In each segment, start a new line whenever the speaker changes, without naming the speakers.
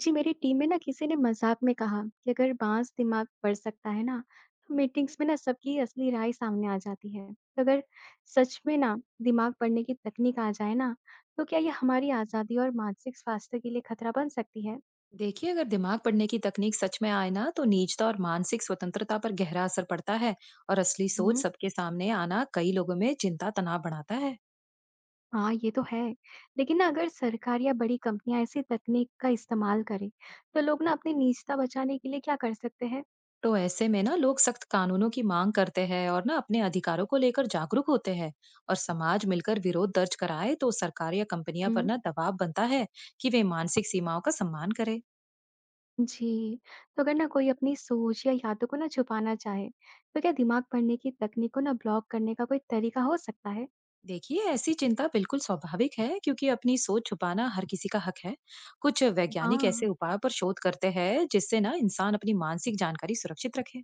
जी, मेरी टीम में ना किसी ने मजाक में कहा कि अगर बांस दिमाग पढ़ सकता है ना, तो मीटिंग्स में ना सबकी असली राय सामने आ जाती है। तो अगर सच में ना दिमाग पढ़ने की तकनीक आ जाए ना, तो क्या ये हमारी आजादी और मानसिक स्वास्थ्य के लिए खतरा बन सकती है?
देखिए, अगर दिमाग पढ़ने की तकनीक सच में आए ना तो निजता और मानसिक स्वतंत्रता पर गहरा असर पड़ता है। और असली सोच
हम्म।
सबके सामने आना कई लोगों में चिंता तनाव बढ़ाता है।
हाँ, ये तो है। लेकिन ना अगर सरकार या बड़ी कंपनियां ऐसी तकनीक का इस्तेमाल करें, तो लोग ना अपनी निजता बचाने के लिए क्या कर सकते हैं?
तो ऐसे में ना लोग सख्त कानूनों की मांग करते हैं और ना अपने अधिकारों को लेकर जागरूक होते हैं। और समाज मिलकर विरोध दर्ज कराए तो सरकार या कंपनियां पर
हम्म।
ना दबाव बनता है कि वे मानसिक सीमाओं का सम्मान करें।
जी, तो अगर ना कोई अपनी सोच या यादों को ना छुपाना चाहे, तो क्या दिमाग पढ़ने की तकनीक को ना ब्लॉक करने का कोई तरीका हो सकता है?
देखिए, ऐसी चिंता बिल्कुल स्वाभाविक है क्योंकि अपनी सोच छुपाना हर किसी का हक है। कुछ वैज्ञानिक ऐसे
हाँ,
उपाय पर शोध करते हैं जिससे ना इंसान अपनी मानसिक जानकारी सुरक्षित रखे।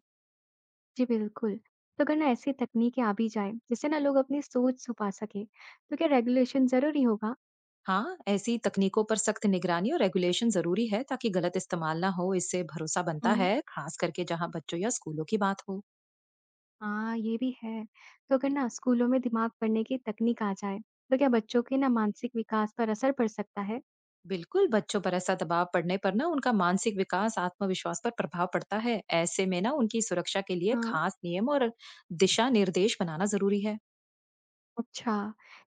जी बिल्कुल। तो अगर ना ऐसी तकनीकें आ भी जाए जिससे ना लोग अपनी सोच छुपा सके, तो क्या रेगुलेशन जरूरी होगा?
हाँ, ऐसी तकनीकों पर सख्त निगरानी और रेगुलेशन जरूरी है ताकि गलत इस्तेमाल ना हो। इससे भरोसा बनता
हम्म।
है, खास करके जहाँ बच्चों या स्कूलों की बात हो।
हाँ, ये भी है। तो अगर ना स्कूलों में दिमाग पढ़ने की तकनीक आ जाए, तो क्या बच्चों के ना मानसिक विकास पर असर पड़ सकता है?
बिल्कुल, बच्चों पर ऐसा दबाव पड़ने पर ना उनका मानसिक विकास आत्मविश्वास पर प्रभाव पड़ता है। ऐसे में ना उनकी सुरक्षा के लिए
हाँ।
खास नियम और दिशा निर्देश बनाना जरूरी है।
अच्छा,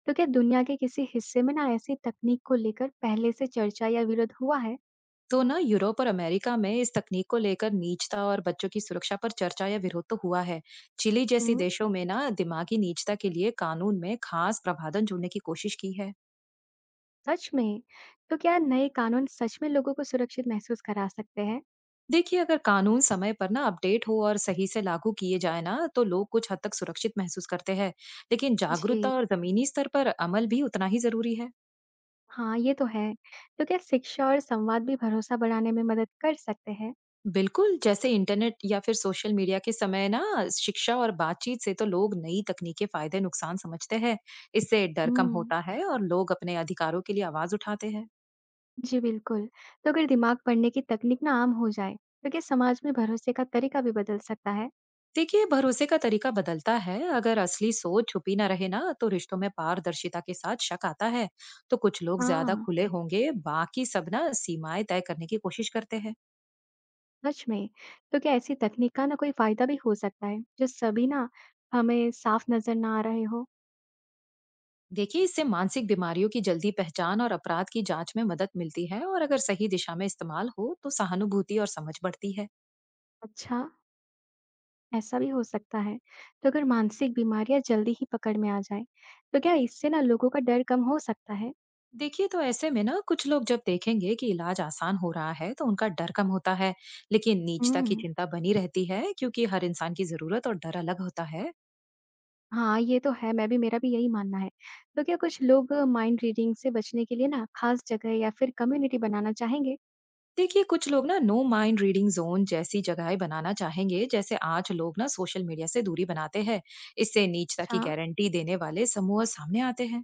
तो क्या दुनिया के किसी हिस्से में ना ऐसी तकनीक को लेकर पहले से चर्चा या विरोध हुआ है?
तो ना यूरोप और अमेरिका में इस तकनीक को लेकर नीचता और बच्चों की सुरक्षा पर चर्चा या विरोध तो हुआ है। चिली जैसी
हुँ,
देशों में ना दिमागी नीचता के लिए कानून में खास प्रावधान जोड़ने की कोशिश की है।
सच में? तो क्या नए कानून सच में लोगों को सुरक्षित महसूस करा सकते हैं?
देखिए, अगर कानून समय पर ना अपडेट हो और सही से लागू किए जाए ना तो लोग कुछ हद तक सुरक्षित महसूस करते हैं। लेकिन
जी।
जागरूकता और जमीनी स्तर पर अमल भी उतना ही जरूरी है।
हाँ, ये तो है। तो क्या शिक्षा और संवाद भी भरोसा बढ़ाने में मदद कर सकते हैं?
बिल्कुल, जैसे इंटरनेट या फिर सोशल मीडिया के समय ना शिक्षा और बातचीत से तो लोग नई तकनीकें फायदे नुकसान समझते हैं। इससे डर कम
हुँ,
होता है और लोग अपने अधिकारों के लिए आवाज उठाते हैं।
जी बिल्कुल। तो अगर दिमाग पढ़ने की तकनीक ना आम हो जाए, तो क्या समाज में भरोसे का तरीका भी बदल सकता है?
देखिए, भरोसे का तरीका बदलता है। अगर असली सोच छुपी ना रहे ना, तो रिश्तों में पारदर्शिता के साथ शक आता है। तो कुछ लोग ज्यादा
हाँ,
खुले होंगे, बाकी सब ना सीमाएं तय करने की कोशिश करते हैं।
सच में। तो क्या ऐसी तकनीक का ना कोई फ़ायदा भी हो सकता है, जो सभी ना हमें साफ नज़र ना आ रहे हों?
देखिए, इससे मानसिक बीमारियों की जल्दी पहचान और अपराध की जांच में मदद मिलती है और अगर सही दिशा में इस्तेमाल हो, तो सहानुभूति और समझ बढ़ती है।
अच्छा। ऐसा भी हो सकता है। तो अगर मानसिक बीमारियाँ जल्दी ही पकड़ में आ जाएँ, तो क्या इससे ना लोगों का डर कम हो सकता है?
देखिए, तो ऐसे में ना कुछ लोग जब देखेंगे कि इलाज आसान हो रहा है तो उनका डर कम होता है। लेकिन नीचता की
हम्म।
चिंता बनी रहती है क्योंकि हर इंसान की जरूरत और डर अलग होता है।
हाँ, ये तो है, मैं भी मेरा भी यही मानना है। तो क्या कुछ लोग माइंड रीडिंग से बचने के लिए ना खास जगह या फिर कम्युनिटी बनाना चाहेंगे?
देखिए, कुछ लोग ना नो माइंड रीडिंग जोन जैसी जगहें बनाना चाहेंगे जैसे आज लोग ना सोशल मीडिया से दूरी बनाते हैं। इससे नीचता
अच्छा।
की गारंटी देने वाले समूह सामने आते हैं।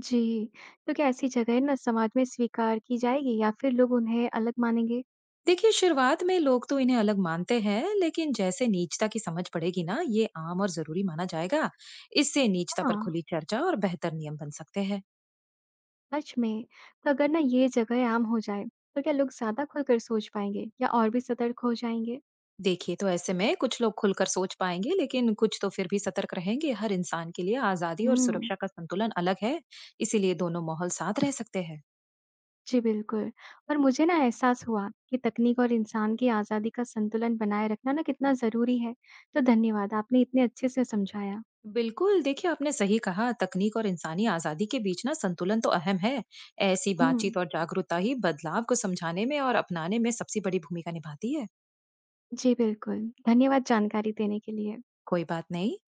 जी, तो क्या ऐसी जगह ना समाज में स्वीकार की जाएगी या फिर लोग उन्हें अलग मानेंगे?
देखिए, शुरुआत में लोग तो इन्हें अलग मानते हैं लेकिन जैसे नीचता की समझ पड़ेगी ना ये आम और जरूरी माना जाएगा। इससे नीचता पर
हाँ,
खुली चर्चा और बेहतर नियम बन सकते हैं।
सच में। तो अगर ना ये जगह आम हो जाए, तो क्या लोग ज़्यादा खुलकर सोच पाएंगे या और भी सतर्क हो जाएंगे?
देखिए, तो ऐसे में कुछ लोग खुलकर सोच पाएंगे लेकिन कुछ तो फिर भी सतर्क रहेंगे। हर इंसान के लिए आजादी और
हम्म।
सुरक्षा का संतुलन अलग है, इसीलिए दोनों माहौल साथ रह सकते हैं।
जी, बिल्कुल। और मुझे ना एहसास हुआ कि तकनीक और इंसान की आज़ादी का संतुलन बनाए रखना ना कितना ज़रूरी है। तो धन्यवाद, आपने इतने अच्छे से समझाया।
बिल्कुल, देखिए, आपने सही कहा, तकनीक और इंसानी आजादी के बीच ना संतुलन तो अहम है। ऐसी
हुँ।
बातचीत और जागरूकता ही बदलाव को समझाने में और अपनाने में सबसे बड़ी भूमिका निभाती है।
जी, बिल्कुल। धन्यवाद जानकारी देने के लिए।
कोई बात नहीं।